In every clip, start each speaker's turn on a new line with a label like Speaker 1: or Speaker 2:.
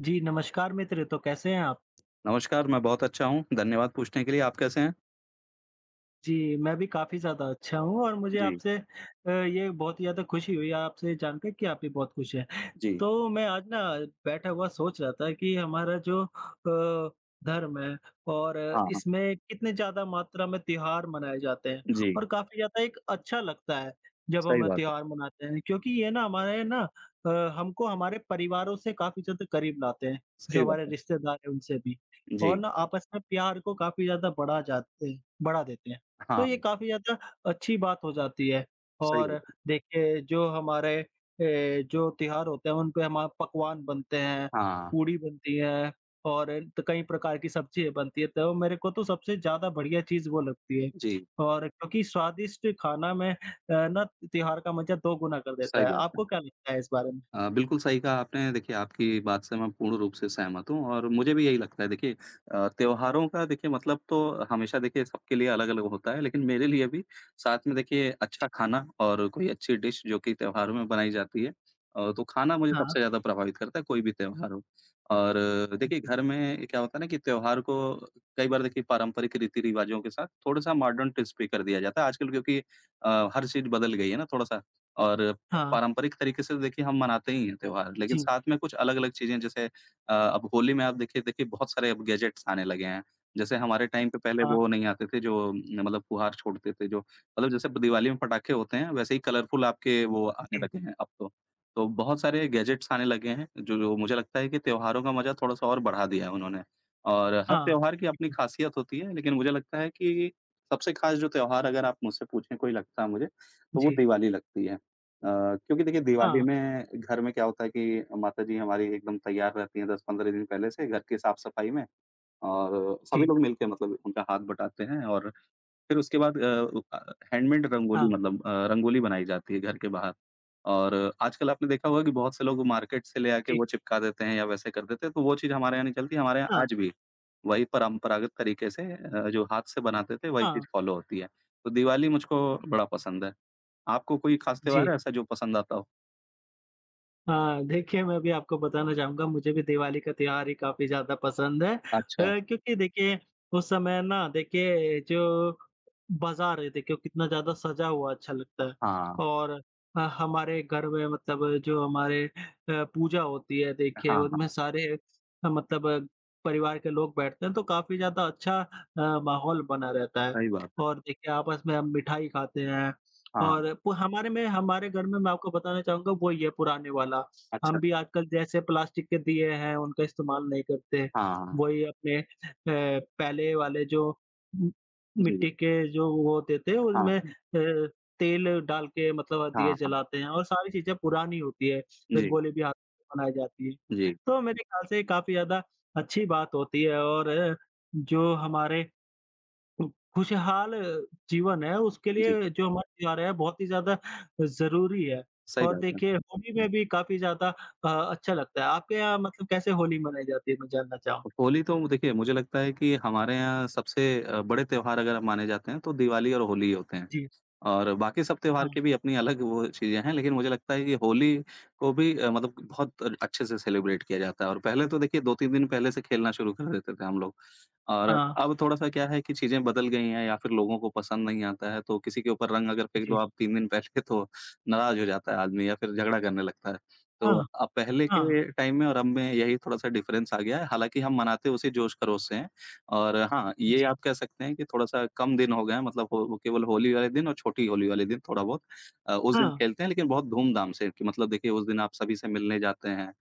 Speaker 1: जी, नमस्कार मित्र। तो कैसे हैं आप?
Speaker 2: नमस्कार, मैं बहुत अच्छा हूँ, धन्यवाद पूछने के लिए, आप कैसे हैं?
Speaker 1: जी, मैं भी काफ़ी ज़्यादा अच्छा हूँ और मुझे
Speaker 2: जी,
Speaker 1: आपसे ये बहुत ही ज़्यादा खुशी हुई आपसे जानकर कि आप भी बहुत खुश हैं।
Speaker 2: जी,
Speaker 1: तो मैं आज ना बैठा हुआ सोच रहा था कि हमारा जो धर्म है और
Speaker 2: हाँ, हाँ,
Speaker 1: इसमें कितने ज़्यादा मात्रा में त्योहार मनाए जाते हैं
Speaker 2: जी,
Speaker 1: और काफ़ी ज़्यादा एक अच्छा लगता है जब
Speaker 2: सही
Speaker 1: हम
Speaker 2: बात है,
Speaker 1: त्योहार मनाते हैं क्योंकि ये ना हमारे ना अ, हमको हमारे परिवारों से काफ़ी ज़्यादा करीब लाते हैं, जो
Speaker 2: सही बात
Speaker 1: हमारे
Speaker 2: है।
Speaker 1: रिश्तेदार हैं उनसे भी और
Speaker 2: जी,
Speaker 1: ना आपस में प्यार को काफ़ी ज़्यादा बढ़ा देते हैं। तो
Speaker 2: हाँ,
Speaker 1: ये काफ़ी ज़्यादा अच्छी बात हो जाती है।
Speaker 2: सही
Speaker 1: और
Speaker 2: बात है,
Speaker 1: देखिए जो हमारे जो त्योहार होते हैं उन पे हमारे पकवान बनते हैं,
Speaker 2: हाँ,
Speaker 1: पूड़ी बनती है और त कई प्रकार की सब्ज़ियाँ बनती है, तो मेरे को तो सबसे ज़्यादा बढ़िया चीज़ वो लगती है।
Speaker 2: जी,
Speaker 1: और क्योंकि स्वादिष्ट खाना में ना त्योहार का मज़ा दोगुना कर देता
Speaker 2: सही
Speaker 1: है।
Speaker 2: बात है।
Speaker 1: आपको क्या लगता है इस बारे में?
Speaker 2: बिल्कुल सही कहा आपने। देखिए, आपकी बात से मैं पूर्ण रूप से सहमत हूँ और मुझे भी यही लगता है। त्योहारों का देखिए मतलब तो हमेशा देखिए सबके लिए अलग-अलग होता है, लेकिन मेरे लिए भी साथ में देखिए अच्छा
Speaker 1: जी,
Speaker 2: खाना और कोई अच्छी डिश जो कि त्योहारों में बनाई जाती है। तो खाना मुझे
Speaker 1: हाँ,
Speaker 2: सबसे ज़्यादा प्रभावित करता है, कोई भी त्योहार हो। और देखिए
Speaker 1: जी,
Speaker 2: घर में क्या होता है ना कि त्योहार को कई बार देखिए पारंपरिक रीति-रिवाज़ों के साथ थोड़ा-सा मॉडर्न ट्विस्ट भी कर दिया जाता है। आजकल क्योंकि हर चीज़ बदल गई है ना थोड़ा-सा। और
Speaker 1: हाँ,
Speaker 2: पारंपरिक तरीके से तो देखिए हम मनाते ही हैं त्योहार, लेकिन
Speaker 1: जी,
Speaker 2: साथ में कुछ अलग-अलग चीज़ें जैसे अब होली में आप देखिए देखिए बहुत सारे अब गैजेट्स आने लगे हैं। जैसे हमारे टाइम पे पहले
Speaker 1: हाँ,
Speaker 2: वो नहीं आते थे जो न, मतलब फुहार छोड़ते थे जो मतलब जैसे दिवाली में पटाखे होते हैं, वैसे ही कलरफुल आपके वो आने
Speaker 1: जी,
Speaker 2: लगे हैं अब तो। तो बहुत सारे गैजेट्स आने लगे हैं जो जो मुझे लगता है कि त्योहारों का मज़ा थोड़ा-सा और बढ़ा दिया है उन्होंने। और हर
Speaker 1: हाँ,
Speaker 2: त्योहार की अपनी
Speaker 1: बिल्कुल,
Speaker 2: खासियत होती है, लेकिन मुझे लगता है कि सबसे खास जो त्योहार अगर आप मुझसे पूछें कोई लगता है मुझे, तो वो
Speaker 1: जी,
Speaker 2: दिवाली लगती है। अ, क्योंकि देखिए दिवाली
Speaker 1: हाँ,
Speaker 2: में घर में क्या होता है कि माताजी हमारी एकदम तैयार रहती हैं 10-15 दिन पहले से घर की साफ-सफाई में और सभी
Speaker 1: जी,
Speaker 2: लोग मिलके मतलब उनका हाथ बटाते हैं और फिर उसके बाद हैंडमेड रंगोली
Speaker 1: हाँ,
Speaker 2: मतलब रंगोली बनाई जाती है घर के बाहर। और आजकल आपने देखा होगा कि बहुत से लोग मार्केट से ले आके
Speaker 1: जी,
Speaker 2: वो चिपका देते हैं या वैसे कर देते हैं, तो वो चीज़ हमारे यहाँ नहीं चलती, हमारे यहाँ
Speaker 1: हाँ,
Speaker 2: आज भी वही परंपरागत तरीके से जो हाथ से बनाते थे वही
Speaker 1: हाँ,
Speaker 2: चीज़ फ़ॉलो होती है। तो दिवाली मुझको बड़ा पसंद है। आपको कोई खास
Speaker 1: जी।
Speaker 2: त्योहार है ऐसा जो पसंद आता हो?
Speaker 1: हाँ, देखिए मैं भी आपको बताना चाहूँगा मुझे भी दिवाली का त्योहार ही काफ़ी ज़्यादा पसंद है।
Speaker 2: अच्छा,
Speaker 1: क्योंकि देखिए उस समय ना देखिए जो बाज़ार है देखिए वो कितना ज़्यादा सजा हुआ अच्छा लगता है
Speaker 2: हाँ,
Speaker 1: और हमारे घर में मतलब जो हमारे पूजा होती है
Speaker 2: हाँ,
Speaker 1: देखिए
Speaker 2: हाँ,
Speaker 1: उनमें सारे मतलब परिवार के लोग बैठते हैं तो काफ़ी ज़्यादा अच्छा माहौल बना रहता है
Speaker 2: सही बात है।
Speaker 1: और देखिए आपस में हम मिठाई खाते हैं।
Speaker 2: हाँ,
Speaker 1: और प हमारे घर में मैं आपको बताना चाहूँगा वो ही है पुराने वाला। हम
Speaker 2: अच्छा,
Speaker 1: भी आजकल जैसे प्लास्टिक के दिए हैं उनका इस्तेमाल नहीं करते।
Speaker 2: हाँ,
Speaker 1: वही अपने पहले वाले जो उम,
Speaker 2: जी,
Speaker 1: मिट्टी के जो वो होते थे
Speaker 2: हाँ,
Speaker 1: उनमें तेल डाल के मतलब
Speaker 2: हाँ,
Speaker 1: दिए
Speaker 2: हाँ,
Speaker 1: जलाते हैं और सारी चीज़ें पुरानी होती है।
Speaker 2: जी,
Speaker 1: रंगोली भी हाथ से बनाई जाती है।
Speaker 2: जी,
Speaker 1: तो मेरे ख्याल से काफ़ी ज़्यादा अच्छी बात होती है और जो हमारे खुशहाल जीवन है, उसके
Speaker 2: जी,
Speaker 1: लिए जो हम आज जी रहे हैं बहुत ही ज़्यादा ज़रूरी है।
Speaker 2: सही
Speaker 1: और
Speaker 2: बात है।
Speaker 1: देखिए होली में भी काफ़ी ज़्यादा अच्छा लगता है। आपके यहाँ मतलब कैसे होली मनाई जाती है मैं जानना चाहूँ?
Speaker 2: होली तो देखिए मुझे लगता है कि हमारे यहाँ सबसे बड़े त्योहार अगर हम माने जाते हैं तो दिवाली और होली ही होते हैं।
Speaker 1: जी,
Speaker 2: और बाकी सब त्योहार
Speaker 1: हाँ,
Speaker 2: के भी अपनी अलग वो चीज़ें हैं, लेकिन मुझे लगता है कि होली को भी मतलब बहुत अच्छे से सेलिब्रेट किया जाता है और पहले तो देखिए 2-3 दिन पहले से खेलना शुरू कर देते थे हम लोग। और
Speaker 1: हाँ,
Speaker 2: अब थोड़ा-सा क्या है कि चीज़ें बदल गई हैं या फिर लोगों को पसंद नहीं आता है, तो किसी के ऊपर रंग अगर फेंक दो
Speaker 1: जी,
Speaker 2: आप 3 दिन पहले तो नाराज़ हो जाता है आदमी या फिर झगड़ा करने लगता है। तो
Speaker 1: हाँ,
Speaker 2: अब पहले
Speaker 1: हाँ,
Speaker 2: के टाइम में और अब में यही थोड़ा-सा डिफ़रेंस आ गया है, हालाँकि हम मनाते उसी जोश-खरोश से हैं। और हाँ, ये
Speaker 1: जी,
Speaker 2: आप कह सकते हैं कि थोड़ा-सा कम दिन हो गए हैं मतलब हो वो केवल होली वाले दिन और छोटी होली वाले दिन थोड़ा बहुत उस दिन
Speaker 1: हाँ,
Speaker 2: खेलते हैं लेकिन बहुत धूम-धाम से कि मतलब देखिए उस दिन आप सभी से मिलने जाते हैं।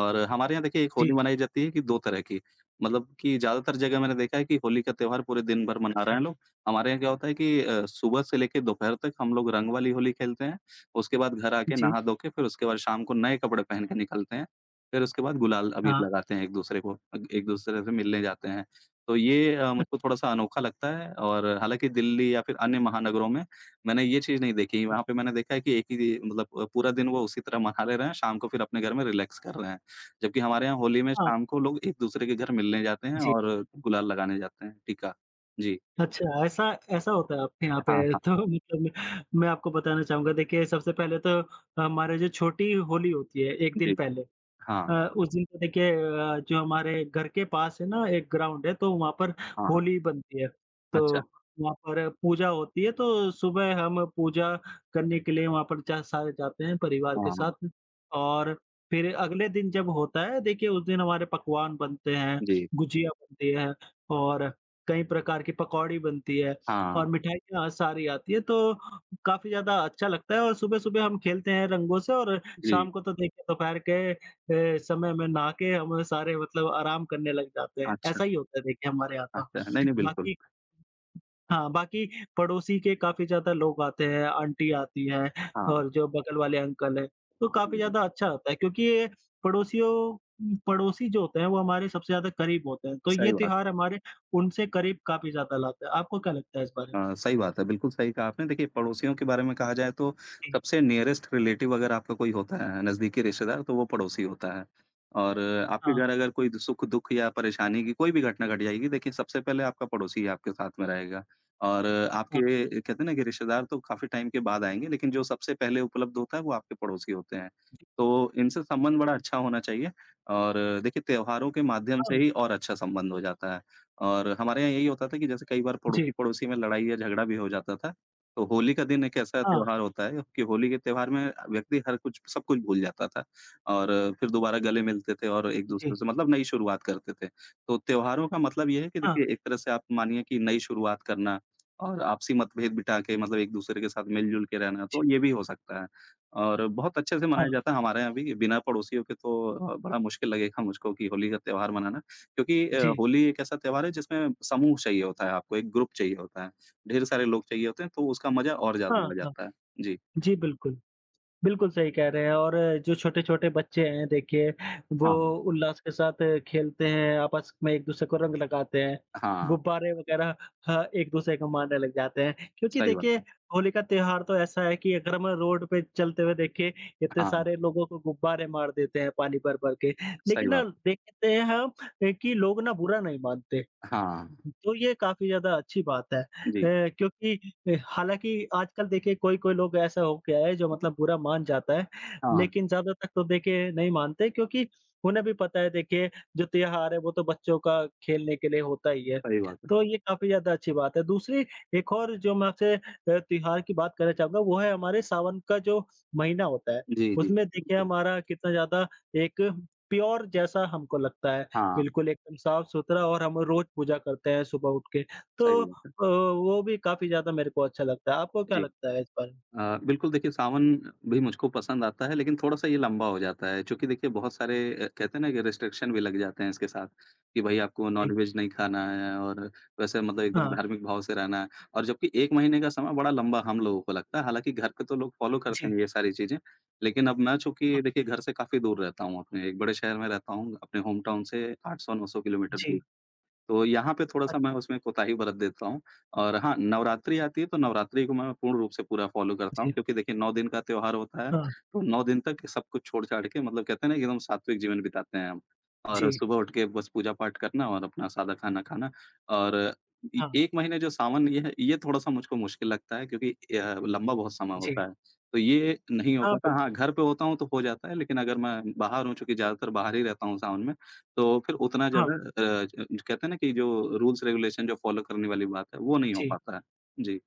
Speaker 2: और हमारे यहाँ देखिए एक होली
Speaker 1: जी,
Speaker 2: मनाई जाती है कि 2 तरह की, मतलब कि ज़्यादातर जगह मैंने देखा है कि होली का त्योहार पूरे दिन भर मना रहे
Speaker 1: अच्छा,
Speaker 2: हैं लोग। हमारे यहाँ क्या होता है कि सुबह से लेके दोपहर तक हम लोग रंग वाली होली खेलते हैं, उसके बाद घर आके
Speaker 1: जी,
Speaker 2: नहा धो के फिर उसके बाद शाम को नए कपड़े पहन के निकलते हैं, फिर उसके बाद गुलाल अबीर
Speaker 1: हाँ,
Speaker 2: लगाते हैं एक-दूसरे को, अग एक-दूसरे से मिलने जाते हैं। तो ये मुझको थोड़ा-सा अनोखा लगता है और हालाँकि दिल्ली या फिर अन्य महानगरों में मैंने ये चीज़ नहीं देखी।
Speaker 1: अच्छा,
Speaker 2: वहाँ पे मैंने देखा है कि एक ही मतलब पूरा दिन वो उसी तरह मना ले रहे हैं, शाम को फिर अपने घर में रिलैक्स कर रहे हैं। जबकि हमारे यहाँ होली में
Speaker 1: हाँ,
Speaker 2: शाम को लोग एक-दूसरे के घर मिलने जाते हैं
Speaker 1: जी।
Speaker 2: और गुलाल लगाने जाते हैं, टीका। जी।
Speaker 1: अच्छा, ऐसा ऐसा होता है आपके यहाँ
Speaker 2: हाँ,
Speaker 1: पे तो
Speaker 2: हाँ।
Speaker 1: मतलब मैं आपको बताना चाहूँगा देखिए सबसे पहले तो हमारे जो छोटी होली होती है 1 दिन
Speaker 2: जी।
Speaker 1: पहले
Speaker 2: हाँ,
Speaker 1: उस दिन तो देखिए जो हमारे घर के पास है ना एक ग्राउंड है, तो वहाँ पर
Speaker 2: हाँ, हाँ।
Speaker 1: होली बनती है। तो
Speaker 2: अच्छा।
Speaker 1: वहाँ पर पूजा होती है, तो सुबह हम पूजा करने के लिए वहाँ पर जा सारे जाते हैं परिवार के
Speaker 2: हाँ, हाँ।
Speaker 1: साथ और फिर अगले दिन जब होता है देखिए उस दिन हमारे पकवान बनते हैं,
Speaker 2: जी।
Speaker 1: गुजिया बनती है और कई प्रकार की पकौड़ी बनती है
Speaker 2: हाँ,
Speaker 1: और मिठाइयाँ सारी आती है, तो काफ़ी ज़्यादा अच्छा लगता है और सुबह-सुबह हम खेलते हैं रंगों से और
Speaker 2: जी।
Speaker 1: शाम को तो देखिए दोपहर के समय में नहा के हम सारे मतलब आराम करने लग जाते हैं।
Speaker 2: अच्छा,
Speaker 1: ऐसा ही होता है देखिए हमारे यहाँ तो।
Speaker 2: अच्छा। नहीं, नहीं, बिल्कुल।
Speaker 1: बाकी हाँ,
Speaker 2: हाँ।
Speaker 1: बाकी पड़ोसी के काफ़ी ज़्यादा लोग आते हैं, आंटी आती हैं
Speaker 2: हाँ,
Speaker 1: और जो बगल वाले अंकल हैं, तो काफ़ी ज़्यादा अच्छा होता है क्योंकि ये पड़ोसियों पड़ोसी जो होते हैं वो हमारे सबसे ज़्यादा करीब होते हैं, तो ये
Speaker 2: सही बात।
Speaker 1: त्योहार हमारे उनसे करीब काफ़ी ज़्यादा लाता है। आपको क्या लगता है इस बारे में?
Speaker 2: हाँ, सही बात है। बिल्कुल सही कहा आपने। देखिए पड़ोसियों के बारे में कहा जाए तो
Speaker 1: जी,
Speaker 2: सबसे नियरेस्ट रिलेटिव अगर आपका कोई होता है, नज़दीकी रिश्तेदार तो वो पड़ोसी होता है। और आपके
Speaker 1: हाँ,
Speaker 2: घर अगर कोई सुख-दुख या परेशानी की कोई भी घटना घट जाएगी, देखिए सबसे पहले आपका पड़ोसी ही आपके साथ में रहेगा। और
Speaker 1: हाँ,
Speaker 2: आपके कहते हैं ना कि रिश्तेदार तो काफ़ी टाइम के बाद आएँगे, लेकिन जो सबसे पहले उपलब्ध होता है वो आपके पड़ोसी होते हैं। तो इनसे संबंध बड़ा अच्छा होना चाहिए और देखिए त्योहारों के माध्यम से
Speaker 1: हाँ,
Speaker 2: ही और अच्छा संबंध हो जाता है। और हमारे यहाँ यही होता था कि जैसे कई बार
Speaker 1: जी,
Speaker 2: पड़ोसी-पड़ोसी में लड़ाई या झगड़ा भी हो जाता था, तो होली का दिन एक ऐसा
Speaker 1: हाँ,
Speaker 2: त्योहार होता है कि होली के त्योहार में व्यक्ति हर कुछ सब कुछ भूल जाता था और फिर दोबारा गले मिलते थे और एक-दूसरे
Speaker 1: जी,
Speaker 2: से मतलब नई शुरुआत करते थे। तो त्योहारों का मतलब ये है कि
Speaker 1: हाँ,
Speaker 2: देखिए एक तरह से आप मानिए कि नई शुरुआत करना और आपसी मतभेद मिटा के मतलब एक-दूसरे के साथ मिल-जुल के रहना,
Speaker 1: जी,
Speaker 2: तो ये भी हो सकता है। और बहुत अच्छे से
Speaker 1: हाँ,
Speaker 2: मनाया जाता है हमारे यहाँ भी, बिना पड़ोसियों के तो बड़ा मुश्किल लगेगा मुझको कि होली का त्योहार मनाना। क्योंकि
Speaker 1: जी,
Speaker 2: होली एक ऐसा त्योहार है जिसमें समूह चाहिए होता है आपको, एक ग्रुप चाहिए होता है, ढेर सारे लोग चाहिए होते हैं तो उसका मज़ा और
Speaker 1: हाँ,
Speaker 2: ज़्यादा आ
Speaker 1: हाँ।
Speaker 2: जाता है। जी।
Speaker 1: जी, बिल्कुल। बिल्कुल सही कह रहे हैं और जो छोटे-छोटे बच्चे हैं देखिए, वो
Speaker 2: हाँ,
Speaker 1: उल्लास के साथ खेलते हैं, आपस में एक-दूसरे को रंग लगाते हैं,
Speaker 2: हाँ,
Speaker 1: गुब्बारे वगैरह हाँ, एक-दूसरे को मारने लग जाते हैं। क्योंकि
Speaker 2: सही बात
Speaker 1: देखिए,
Speaker 2: है।
Speaker 1: होली का त्योहार तो ऐसा है कि अगर हम रोड पे चलते हुए देखें, इतने
Speaker 2: हाँ,
Speaker 1: सारे लोगों को गुब्बारे मार देते हैं पानी भर-भर के।
Speaker 2: सही
Speaker 1: लेकिन ना
Speaker 2: बात है।
Speaker 1: देखते हैं हम कि लोग ना बुरा नहीं मानते।
Speaker 2: हाँ,
Speaker 1: तो ये काफ़ी ज़्यादा अच्छी बात है
Speaker 2: जी।
Speaker 1: क्योंकि हालाँकि आजकल देखिए कोई-कोई लोग ऐसा हो गया है जो मतलब बुरा मान जाता है,
Speaker 2: हाँ,
Speaker 1: लेकिन ज़्यादातर तो देखिए नहीं मानते क्योंकि उन्हें भी पता है देखिए जो त्योहार है वो तो बच्चों का खेलने के लिए होता ही है।
Speaker 2: सही बात है।
Speaker 1: तो ये काफ़ी ज़्यादा अच्छी बात है। दूसरी एक और जो मैं आपसे त्योहार की बात करना चाहूँगा वो है हमारे सावन का जो महीना होता है,
Speaker 2: जी, जी,
Speaker 1: उसमें देखिए
Speaker 2: बिल्कुल।
Speaker 1: हमारा कितना ज़्यादा एक प्योर जैसा हमको लगता है।
Speaker 2: हाँ,
Speaker 1: बिल्कुल, एकदम साफ-सुथरा और हम रोज़ पूजा करते हैं सुबह उठ के। तो
Speaker 2: सही बात है।
Speaker 1: वो भी काफ़ी ज़्यादा मेरे को अच्छा लगता है। आपको क्या
Speaker 2: जी।
Speaker 1: लगता है इस बारे में?
Speaker 2: बिल्कुल देखिए सावन भी मुझको पसंद आता है लेकिन थोड़ा-सा ये लंबा हो जाता है चूँकि देखिए बहुत सारे कहते हैं ना कि रिस्ट्रिक्शन भी लग जाते हैं इसके साथ, कि भई आपको
Speaker 1: जी।
Speaker 2: नॉन-वेज नहीं खाना है और वैसे मतलब एकदम
Speaker 1: हाँ,
Speaker 2: धार्मिक भाव से रहना है और जबकि 1 महीने का समय बड़ा लंबा हम लोगों को लगता है, हालाँकि घर पे तो लोग फॉलो करते
Speaker 1: जी,
Speaker 2: हैं ये सारी चीज़ें, लेकिन अब मैं
Speaker 1: हाँ,
Speaker 2: चूँकि देखिए घर से काफ़ी दूर रहता हूँ अपने एक बड़े शहर में रहता हूँ, अपने होम टाउन से 800-900 किलोमीटर
Speaker 1: जी,
Speaker 2: दूर। तो यहाँ पे थोड़ा-सा मैं
Speaker 1: अच्छा,
Speaker 2: उसमें कोताही बरत देता हूँ और हाँ, नवरात्रि आती है, तो नवरात्रि को मैं पूर्ण रूप से पूरा फ़ॉलो करता हूँ
Speaker 1: जी,
Speaker 2: क्योंकि देखिए 9 दिन का त्योहार होता है,
Speaker 1: हाँ,
Speaker 2: तो 9 दिन तक सब कुछ छोड़-छाड़ के मतलब कहते हैं ना एकदम सात्विक जीवन बिताते हैं हम और
Speaker 1: जी,
Speaker 2: सुबह उठ के बस पूजा-पाठ करना और अपना सादा खाना खाना और इ
Speaker 1: हाँ,
Speaker 2: 1 महीने जो सावन ये है, ये थोड़ा-सा मुझको मुश्किल लगता है क्योंकि लंबा बहुत समय
Speaker 1: जी,
Speaker 2: होता है, तो ये नहीं हो
Speaker 1: हाँ,
Speaker 2: पाता।
Speaker 1: बिल्कुल,
Speaker 2: हाँ, घर पे होता हूँ तो हो जाता है, लेकिन अगर मैं बाहर हूँ, चूँकि ज़्यादातर बाहर ही रहता हूँ सावन में तो फिर उतना
Speaker 1: हाँ,
Speaker 2: ज़्यादा अ, ज कहते हैं ना कि जो रूल्स रेगुलेशन जो फ़ॉलो करने वाली बात है, वो नहीं हो
Speaker 1: जी।
Speaker 2: पाता है। जी।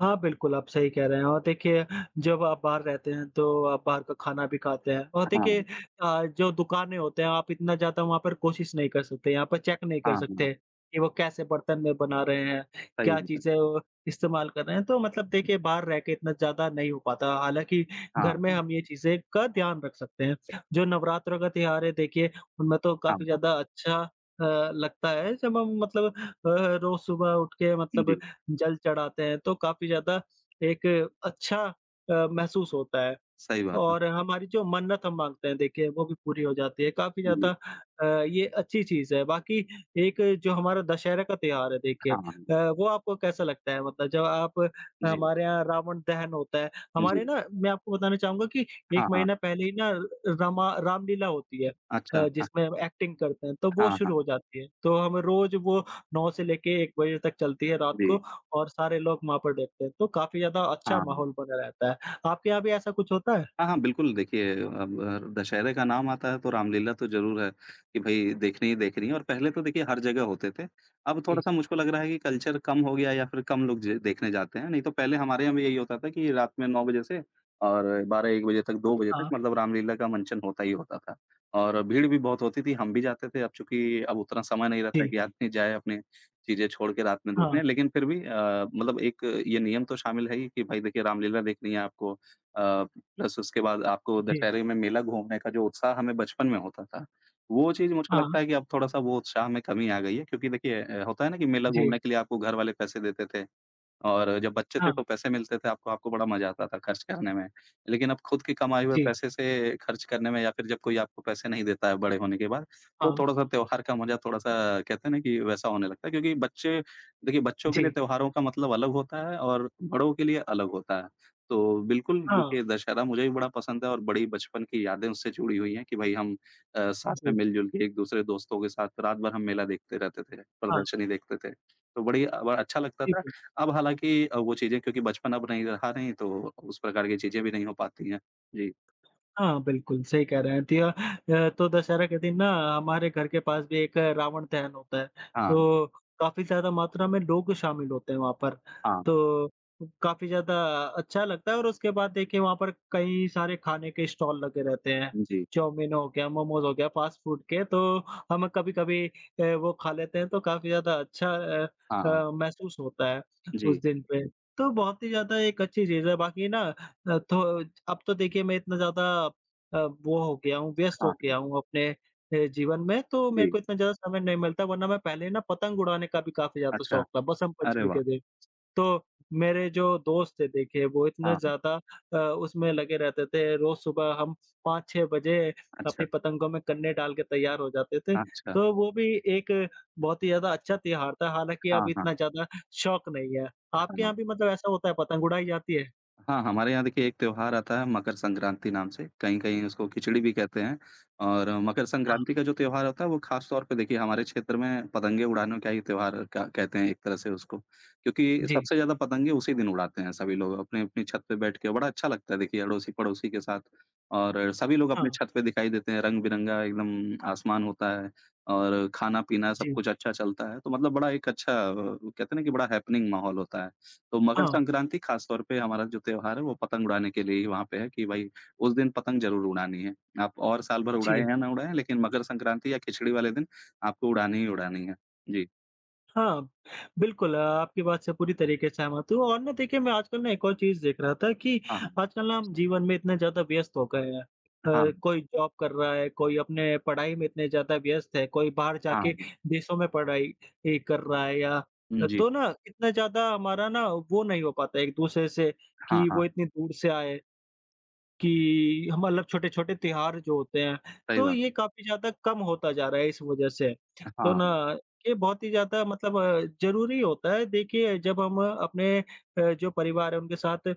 Speaker 1: हाँ, बिल्कुल, आप सही कह रहे हैं और देखिए जब आप बाहर रहते हैं तो आप बाहर का खाना भी खाते हैं और देखिए
Speaker 2: हाँ,
Speaker 1: जो दुकानें होते हैं आप इतना ज़्यादा वहाँ पर कोशिश नहीं कर सकते, यहाँ पर चेक नहीं
Speaker 2: हाँ,
Speaker 1: कर सकते
Speaker 2: हाँ।
Speaker 1: कि वो कैसे बर्तन में बना रहे हैं,
Speaker 2: सही
Speaker 1: क्या
Speaker 2: बात है।
Speaker 1: चीज़ें वो इस्तेमाल कर रहे हैं, तो मतलब देखिए बाहर रह के इतना ज़्यादा नहीं हो पाता। हालाँकि
Speaker 2: हाँ,
Speaker 1: घर में
Speaker 2: हाँ,
Speaker 1: हम ये चीज़ें का ध्यान रख सकते हैं। जो नवरात्रों का त्योहार है देखिए उनमें तो
Speaker 2: हाँ,
Speaker 1: काफ़ी
Speaker 2: हाँ।
Speaker 1: ज़्यादा अच्छा लगता है जब हम मतलब रोज़ सुबह उठ के मतलब
Speaker 2: जी,
Speaker 1: जल चढ़ाते हैं तो काफ़ी ज़्यादा एक अच्छा महसूस होता है।
Speaker 2: सही बात है।
Speaker 1: और हमारी जो मन्नत हम माँगते हैं देखिए वो भी पूरी हो जाती है, काफ़ी ज़्यादा
Speaker 2: जी,
Speaker 1: ये अच्छी चीज़ है। बाकी एक जो हमारा दशहरा का त्योहार है देखिए
Speaker 2: हाँ, हाँ।
Speaker 1: वो आपको कैसा लगता है? मतलब जब आप
Speaker 2: जी,
Speaker 1: हमारे यहाँ रावण दहन होता है, हमारे
Speaker 2: जी।
Speaker 1: ना मैं आपको बताना चाहूँगा कि 1
Speaker 2: हाँ, हाँ।
Speaker 1: महीना पहले ही ना रमा रामलीला होती है
Speaker 2: अच्छा, हाँ,
Speaker 1: जिसमें हम एक्टिंग करते हैं, तो वो
Speaker 2: हाँ,
Speaker 1: शुरू हो
Speaker 2: हाँ।
Speaker 1: जाती है। तो हम रोज़ वो 9 से लेके 1 बजे तक चलती है रात
Speaker 2: जी,
Speaker 1: को और सारे लोग वहाँ पर देखते हैं, तो काफ़ी ज़्यादा अच्छा
Speaker 2: हाँ।
Speaker 1: माहौल बना रहता है। आपके यहाँ भी ऐसा कुछ होता है?
Speaker 2: हाँ, हाँ, बिल्कुल देखिए अब दशहरे का नाम आता है तो रामलीला तो ज़रूर है कि भई देखनी ही देखनी है और पहले तो देखिए हर जगह होते थे। अब
Speaker 1: जी,
Speaker 2: थोड़ा-सा मुझको लग रहा है कि कल्चर कम हो गया या फिर कम लोग ज देखने जाते हैं, नहीं तो पहले हमारे यहाँ भी यही होता था कि रात में 9 बजे से और 12-1 बजे तक, 2 बजे तक
Speaker 1: हाँ,
Speaker 2: मतलब रामलीला का मंचन होता ही होता था। और भीड़ भी बहुत होती थी, हम भी जाते थे। अब चूँकि अब उतना समय नहीं रहता है
Speaker 1: जी,
Speaker 2: कि आदमी जाए अपने चीज़ें छोड़ के रात में
Speaker 1: हाँ,
Speaker 2: देखने, लेकिन फिर भी मतलब एक ये नियम तो शामिल है ही कि भाई देखिए रामलीला देखनी है आपको अ, प्लस उसके बाद आपको
Speaker 1: जी,
Speaker 2: दशहरे में मेला घूमने का जो उत्साह हमें बचपन में होता था, वो चीज़ मुझको
Speaker 1: हाँ,
Speaker 2: लगता है कि अब थोड़ा-सा वो उत्साह में कमी आ गई है क्योंकि देखिए होता है ना कि मेला
Speaker 1: जी,
Speaker 2: घूमने के लिए आपको घर वाले पैसे देते थे। और जब बच्चे
Speaker 1: हाँ,
Speaker 2: थे तो पैसे मिलते थे आपको आपको बड़ा मज़ा आता था खर्च करने में। लेकिन अब खुद के कमाए हुए
Speaker 1: जी,
Speaker 2: पैसे से खर्च करने में या फिर जब कोई आपको पैसे नहीं देता है बड़े होने के बाद, तो
Speaker 1: हाँ,
Speaker 2: थोड़ा-सा त्योहार का मज़ा थोड़ा-सा कहते हैं ना कि वैसा होने लगता है क्योंकि बच्चे देखिए बच्चों के लिए
Speaker 1: जी,
Speaker 2: त्योहारों का मतलब अलग होता है और बड़ों के लिए अलग होता है। तो बिल्कुल
Speaker 1: हाँ,
Speaker 2: देखिए दशहरा मुझे भी बड़ा पसंद है और बड़ी बचपन की यादें उससे जुड़ी हुई हैं कि भई हम साथ में
Speaker 1: जी,
Speaker 2: मिल-जुल के एक-दूसरे दोस्तों के साथ रात भर हम मेला देखते रहते थे,
Speaker 1: हाँ,
Speaker 2: प्रदर्शनी देखते थे। तो बड़ा अच्छा लगता था।
Speaker 1: बिल्कुल।
Speaker 2: अब हालाँकि वो चीज़ें क्योंकि बचपन अब नहीं रहा नहीं तो उस प्रकार की चीज़ें भी नहीं हो पाती हैं। जी।
Speaker 1: हाँ, बिल्कुल, सही कह रहे हैं। तो दशहरा के दिन ना हमारे घर के पास भी एक रावण दहन होता है,
Speaker 2: हाँ,
Speaker 1: तो काफ़ी ज़्यादा मात्रा में लोग शामिल होते हैं वहाँ पर।
Speaker 2: हाँ।
Speaker 1: तो काफ़ी ज़्यादा अच्छा लगता है और उसके बाद देखिए वहाँ पर कई सारे खाने के स्टॉल लगे रहते हैं।
Speaker 2: जी।
Speaker 1: चाउमीन हो गया, मोमोज़ हो गया, फास्ट फूड के तो हम कभी-कभी वो खा लेते हैं तो काफ़ी ज़्यादा अच्छा
Speaker 2: हाँ।
Speaker 1: महसूस होता है उस
Speaker 2: जी।
Speaker 1: दिन पे। तो बहुत ही ज़्यादा एक अच्छी चीज़ है, बाकी ना तो अब तो देखिए मैं इतना ज़्यादा अ, वो हो गया हूँ, व्यस्त हो
Speaker 2: हाँ।
Speaker 1: गया हूँ अपने जीवन में, तो मेरे
Speaker 2: जी।
Speaker 1: को इतना ज़्यादा समय नहीं मिलता, वरना मैं पहले ना पतंग उड़ाने का भी काफ़ी ज़्यादा
Speaker 2: अच्छा।
Speaker 1: शौक था, बसंत
Speaker 2: अरे
Speaker 1: पंचमी
Speaker 2: वाह!
Speaker 1: के दिन। तो मेरे जो दोस्त थे देखिए, वो इतना
Speaker 2: हाँ।
Speaker 1: ज़्यादा उसमें लगे रहते थे, रोज़ सुबह हम 5-6 बजे अपनी
Speaker 2: अच्छा।
Speaker 1: पतंगों में कन्ने डाल के तैयार हो जाते थे।
Speaker 2: अच्छा।
Speaker 1: तो वो भी एक बहुत ही ज़्यादा अच्छा त्योहार था, हालाँकि अब
Speaker 2: हाँ, हाँ,
Speaker 1: इतना ज़्यादा शौक नहीं है। आपके
Speaker 2: हाँ।
Speaker 1: यहाँ भी मतलब ऐसा होता है, पतंग उड़ाई जाती है?
Speaker 2: हाँ, हमारे यहाँ देखिए एक त्योहार आता है मकर संक्रांति नाम से, कहीं-कहीं उसको खिचड़ी भी कहते हैं। और मकर
Speaker 1: हाँ,
Speaker 2: संक्रांति का जो त्योहार होता है वो ख़ास तौर पे देखिए हमारे क्षेत्र में पतंगे उड़ाने का ही त्योहार क कहते हैं एक तरह से उसको। क्योंकि
Speaker 1: जी।
Speaker 2: सबसे ज़्यादा पतंगे उसी दिन उड़ाते हैं सभी लोग अपनी-अपनी छत पे बैठ के, बड़ा अच्छा लगता है देखिए अड़ोसी-पड़ोसी के साथ। और सभी लोग अपनी
Speaker 1: हाँ,
Speaker 2: छत पे दिखाई देते हैं, रंग-बिरंगा एकदम आसमान होता है और खाना-पीना सब
Speaker 1: जी।
Speaker 2: कुछ अच्छा चलता है, तो मतलब बड़ा एक अच्छा कहते हैं ना कि बड़ा हैपनिंग माहौल होता है। तो मकर
Speaker 1: हाँ,
Speaker 2: संक्रांति खास तौर पे हमारा जो त्योहार है वो पतंग उड़ाने के लिए ही वहाँ पे है कि भाई उस दिन पतंग ज़रूर उड़ानी है। आप और साल भर
Speaker 1: जी।
Speaker 2: उड़ाएँ या ना उड़ाएँ लेकिन मकर संक्रांति या खिचड़ी वाले दिन आपको उड़ानी ही उड़ानी है। जी।
Speaker 1: हाँ, बिल्कुल आपकी बात से पूरी तरीके से सहमत हूँ और ना देखिए मैं आजकल ना एक और चीज़ देख रहा था कि
Speaker 2: हाँ, हाँ।
Speaker 1: आजकल ना हम जीवन में इतने ज़्यादा व्यस्त हो गए हैं।
Speaker 2: हाँ,
Speaker 1: कोई जॉब कर रहा है, कोई अपने पढ़ाई में इतने ज़्यादा व्यस्त है, कोई बाहर जाके
Speaker 2: हाँ।
Speaker 1: देशों में पढ़ाई कर रहा है या
Speaker 2: हुँ, जी।
Speaker 1: तो ना इतना ज़्यादा हमारा ना वो नहीं हो पाता एक-दूसरे से कि
Speaker 2: हाँ, हाँ।
Speaker 1: वो इतनी दूर से आए। कि हम अलग छोटे-छोटे त्योहार जो होते हैं,
Speaker 2: सही
Speaker 1: तो
Speaker 2: बात
Speaker 1: ये
Speaker 2: है।
Speaker 1: काफ़ी ज़्यादा कम होता जा रहा है इस वजह से। तो
Speaker 2: हाँ,
Speaker 1: ना ये बहुत ही ज़्यादा मतलब ज़रूरी होता है देखिए जब हम अपने जो परिवार है उनके साथ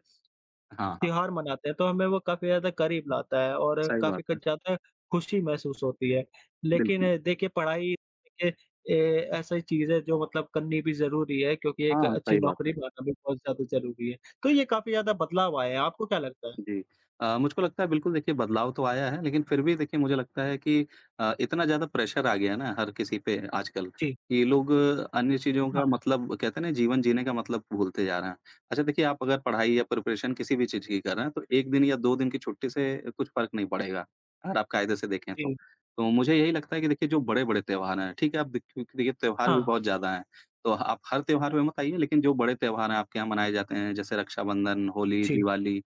Speaker 2: हाँ, हाँ।
Speaker 1: त्योहार मनाते हैं, तो हमें वो काफ़ी ज़्यादा करीब लाता है और
Speaker 2: सही बात
Speaker 1: काफ़ी कुछ
Speaker 2: है।
Speaker 1: ज़्यादा खुशी महसूस होती है। लेकिन
Speaker 2: बिल्कुल।
Speaker 1: देखिए पढ़ाई देखिए ऐसी चीज़ है जो मतलब करनी भी ज़रूरी है क्योंकि एक
Speaker 2: हाँ,
Speaker 1: अच्छी
Speaker 2: सही बात है।
Speaker 1: नौकरी पाना भी बहुत ज़्यादा ज़रूरी है। तो ये काफ़ी ज़्यादा बदलाव आया है, आपको क्या लगता है?
Speaker 2: जी। मुझको लगता है बिल्कुल देखिए बदलाव तो आया है, लेकिन फिर भी देखिए मुझे लगता है कि इतना ज़्यादा प्रेशर आ गया है ना हर किसी पे आजकल
Speaker 1: जी।
Speaker 2: कि लोग अन्य चीज़ों का मतलब कहते हैं ना जीवन जीने का मतलब भूलते जा रहे हैं। अच्छा देखिए आप अगर पढ़ाई या प्रिपरेशन किसी भी चीज़ की कर रहे हैं, तो 1 दिन या 2 दिन की छुट्टी से कुछ फ़र्क नहीं पड़ेगा, अगर आप कायदे से देखें तो।
Speaker 1: जी,
Speaker 2: तो मुझे यही लगता है कि देखिए जो बड़े-बड़े त्योहार हैं, ठीक है आप देखिए देखिए त्योहार भी
Speaker 1: हाँ,
Speaker 2: बहुत ज़्यादा हैं, तो आप हर त्योहार में मत आइए लेकिन जो बड़े त्योहार हैं आपके यहाँ मनाए जाते हैं, जैसे रक्षाबंधन, होली,
Speaker 1: जी,
Speaker 2: दिवाली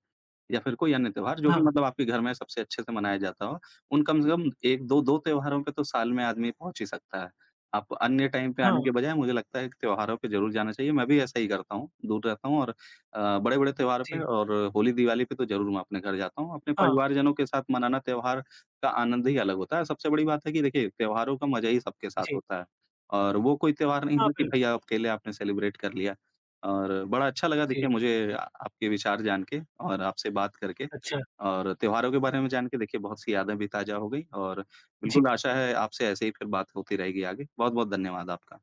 Speaker 2: या फिर कोई अन्य त्योहार जो
Speaker 1: हाँ,
Speaker 2: भी मतलब आपके घर में सबसे अच्छे से मनाया जाता हो, उन कम से कम 1-2-2 त्योहारों पे तो साल में आदमी पहुँच ही सकता है। आप अन्य टाइम पे आने
Speaker 1: हाँ,
Speaker 2: के बजाय मुझे लगता है कि त्योहारों पे ज़रूर जाना चाहिए, मैं भी ऐसा ही करता हूँ, दूर रहता हूँ और बड़े-बड़े त्योहार पे
Speaker 1: जी,
Speaker 2: और होली-दिवाली पे तो ज़रूर मैं अपने घर जाता हूँ। अपने
Speaker 1: हाँ,
Speaker 2: परिवारजनों के साथ मनाना त्योहार का आनंद ही अलग होता है। सबसे बड़ी बात है कि देखिए, त्योहारों का मज़ा ही सबके साथ
Speaker 1: जी,
Speaker 2: होता है और वो कोई त्योहार नहीं
Speaker 1: हाँ,
Speaker 2: है कि
Speaker 1: बिल्कुल,
Speaker 2: भई अकेले आपने सेलिब्रेट कर लिया। और बड़ा अच्छा लगा देखिए
Speaker 1: जी,
Speaker 2: मुझे आ आपके विचार जान के और आपसे बात करके
Speaker 1: अच्छा,
Speaker 2: और त्योहारों के बारे में जान के देखिए बहुत सी यादें भी ताज़ा हो गई और
Speaker 1: जी।
Speaker 2: बिल्कुल आशा है आपसे ऐसे ही फिर बात होती रहेगी आगे। बहुत-बहुत धन्यवाद आपका।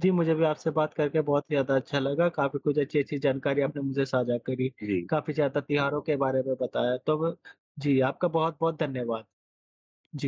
Speaker 1: जी, मुझे भी आपसे बात करके बहुत ही ज़्यादा अच्छा लगा, काफ़ी कुछ अच्छी-अच्छी जानकारी आपने मुझे साझा करी,
Speaker 2: जी।
Speaker 1: काफ़ी ज़्यादा त्योहारों के बारे में बताया, तो जी, आपका बहुत-बहुत धन्यवाद।